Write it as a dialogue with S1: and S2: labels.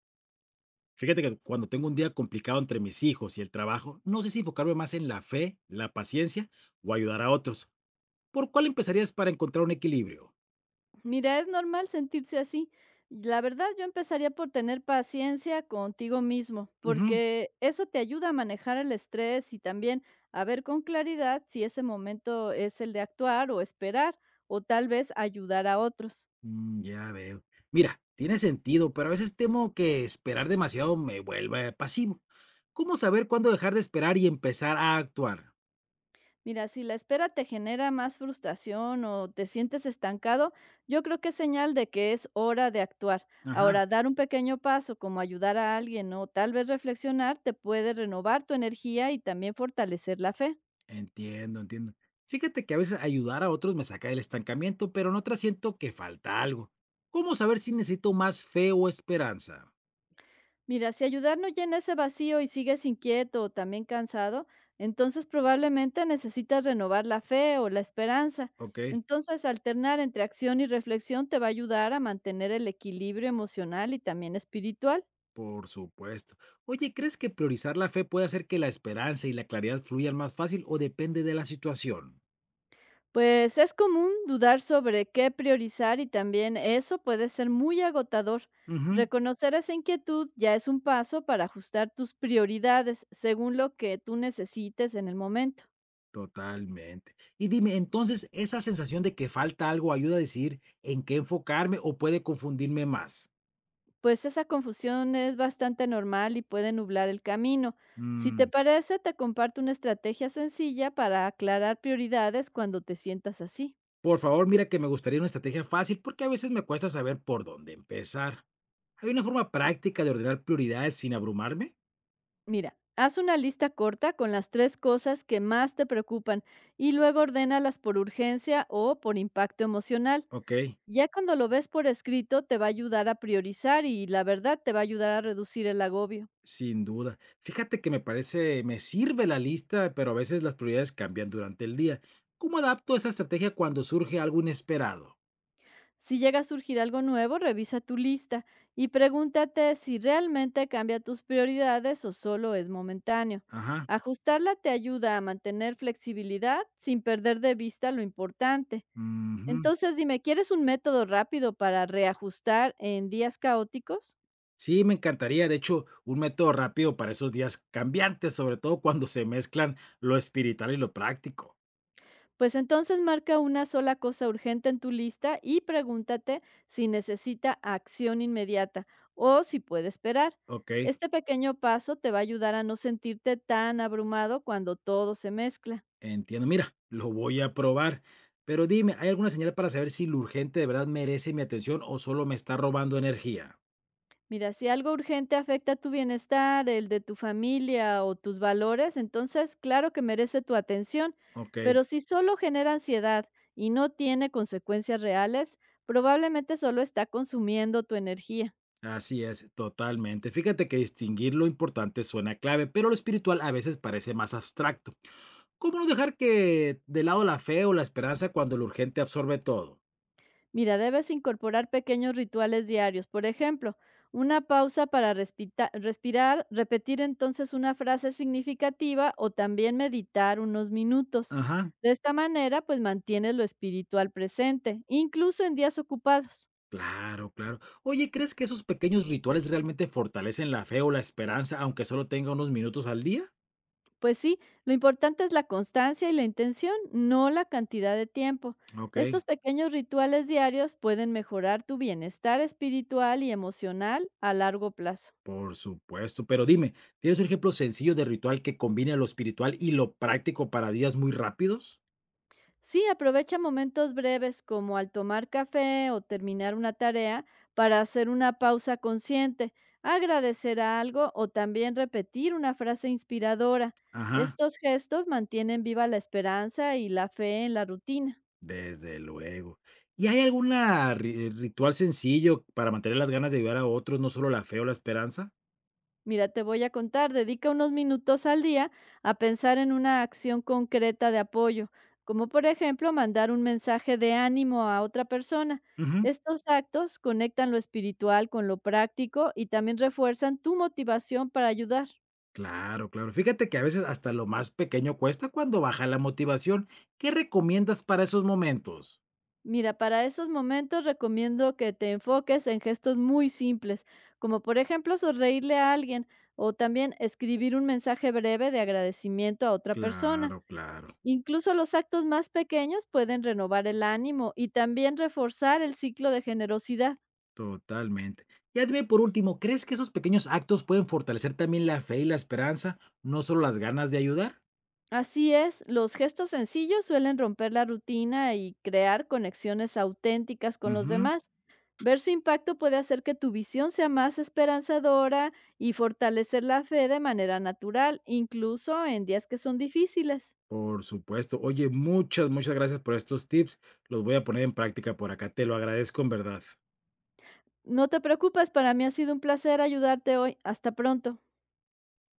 S1: Fíjate que cuando tengo un día complicado entre mis hijos y el trabajo, no sé si enfocarme más en la fe, la paciencia o ayudar a otros. ¿Por cuál empezarías para encontrar un equilibrio?
S2: Mira, es normal sentirse así. La verdad, yo empezaría por tener paciencia contigo mismo,
S1: Ujú.
S2: porque eso te ayuda a manejar el estrés y también a ver con claridad si ese momento es el de actuar o esperar, o tal vez ayudar a otros.
S1: Mm, ya veo. Mira, tiene sentido, pero a veces temo que esperar demasiado me vuelva pasivo. ¿Cómo saber cuándo dejar de esperar y empezar a actuar?
S2: Mira, si la espera te genera más frustración o te sientes estancado, yo creo que es señal de que es hora de actuar.
S1: Ajá,
S2: Ahora, dar un pequeño paso como ayudar a alguien o tal vez reflexionar te puede renovar tu energía y también fortalecer la fe.
S1: entiendo. Fíjate que a veces ayudar a otros me saca del estancamiento, pero en otras siento que falta algo. ¿Cómo saber si necesito más fe o esperanza?
S2: Mira, si ayudar no llena ese vacío y sigues inquieto o también cansado, entonces probablemente necesitas renovar la fe o la esperanza.
S1: Ok.
S2: Entonces, alternar entre acción y reflexión te va a ayudar a mantener el equilibrio emocional y también espiritual.
S1: Por supuesto. Oye, ¿crees que priorizar la fe puede hacer que la esperanza y la claridad fluyan más fácil o depende de la situación?
S2: Pues es común dudar sobre qué priorizar y también eso puede ser muy agotador.
S1: Ujú.
S2: Reconocer esa inquietud ya es un paso para ajustar tus prioridades según lo que tú necesites en el momento.
S1: Totalmente. Y dime, entonces, ¿esa sensación de que falta algo ayuda a decidir en qué enfocarme o puede confundirme más?
S2: Pues esa confusión es bastante normal y puede nublar el camino. Si te
S1: Mm,
S2: parece, te comparto una estrategia sencilla para aclarar prioridades cuando te sientas así.
S1: por favor, mira que me gustaría una estrategia fácil porque a veces me cuesta saber por dónde empezar. ¿Hay una forma práctica de ordenar prioridades sin abrumarme?
S2: Mira, haz una lista corta con las tres cosas que más te preocupan y luego ordénalas por urgencia o por impacto emocional.
S1: Ok.
S2: Ya cuando lo ves por escrito, te va a ayudar a priorizar y la verdad te va a ayudar a reducir el agobio.
S1: Sin duda. Fíjate que me parece, me sirve la lista, pero a veces las prioridades cambian durante el día. ¿Cómo adapto esa estrategia cuando surge algo inesperado?
S2: Si llega a surgir algo nuevo, revisa tu lista y pregúntate si realmente cambia tus prioridades o solo es momentáneo.
S1: Ajá.
S2: Ajustarla te ayuda a mantener flexibilidad sin perder de vista lo importante.
S1: Ujú.
S2: Entonces, dime, ¿quieres un método rápido para reajustar en días caóticos?
S1: Sí, me encantaría. De hecho, un método rápido para esos días cambiantes, sobre todo cuando se mezclan lo espiritual y lo práctico.
S2: Pues entonces marca una sola cosa urgente en tu lista y pregúntate si necesita acción inmediata o si puede esperar.
S1: Ok,
S2: Este pequeño paso te va a ayudar a no sentirte tan abrumado cuando todo se mezcla.
S1: entiendo. Mira, lo voy a probar. Pero dime, ¿hay alguna señal para saber si lo urgente de verdad merece mi atención o solo me está robando energía?
S2: Mira, si algo urgente afecta tu bienestar, el de tu familia o tus valores, entonces claro que merece tu atención,
S1: Ok.
S2: pero si solo genera ansiedad y no tiene consecuencias reales, probablemente solo está consumiendo tu energía.
S1: Así es, totalmente. Fíjate que distinguir lo importante suena clave, pero lo espiritual a veces parece más abstracto. ¿Cómo no dejar que de lado la fe o la esperanza cuando lo urgente absorbe todo?
S2: Mira, debes incorporar pequeños rituales diarios, por ejemplo, una pausa para respirar, repetir entonces una frase significativa o también meditar unos minutos.
S1: Ajá,
S2: De esta manera, pues mantienes lo espiritual presente, incluso en días ocupados.
S1: claro, claro. Oye, ¿crees que esos pequeños rituales realmente fortalecen la fe o la esperanza, aunque solo tenga unos minutos al día?
S2: Pues sí, lo importante es la constancia y la intención, no la cantidad de tiempo.
S1: Ok,
S2: Estos pequeños rituales diarios pueden mejorar tu bienestar espiritual y emocional a largo plazo.
S1: por supuesto. Pero dime, ¿tienes un ejemplo sencillo de ritual que combine lo espiritual y lo práctico para días muy rápidos?
S2: Sí, aprovecha momentos breves como al tomar café o terminar una tarea para hacer una pausa consciente, agradecer algo o también repetir una frase inspiradora.
S1: Ajá.
S2: Estos gestos mantienen viva la esperanza y la fe en la rutina.
S1: Desde luego. ¿Y hay algún ritual sencillo para mantener las ganas de ayudar a otros, no solo la fe o la esperanza?
S2: Mira, te voy a contar, dedica unos minutos al día a pensar en una acción concreta de apoyo, como por ejemplo mandar un mensaje de ánimo a otra persona.
S1: Ujú.
S2: Estos actos conectan lo espiritual con lo práctico y también refuerzan tu motivación para ayudar.
S1: Claro, claro. Fíjate que a veces hasta lo más pequeño cuesta cuando baja la motivación. ¿Qué recomiendas para esos momentos?
S2: Mira, para esos momentos recomiendo que te enfoques en gestos muy simples, como por ejemplo sonreírle a alguien o también escribir un mensaje breve de agradecimiento a otra persona.
S1: Claro, claro,
S2: Incluso los actos más pequeños pueden renovar el ánimo y también reforzar el ciclo de generosidad.
S1: totalmente. Ya dime por último, ¿crees que esos pequeños actos pueden fortalecer también la fe y la esperanza, no solo las ganas de ayudar?
S2: Así es, los gestos sencillos suelen romper la rutina y crear conexiones auténticas con los demás. Ver su impacto puede hacer que tu visión sea más esperanzadora y fortalecer la fe de manera natural, incluso en días que son difíciles.
S1: Por supuesto. Oye, muchas, muchas gracias por estos tips. Los voy a poner en práctica por acá. Te lo agradezco en verdad.
S2: No te preocupes, para mí ha sido un placer ayudarte hoy. Hasta pronto.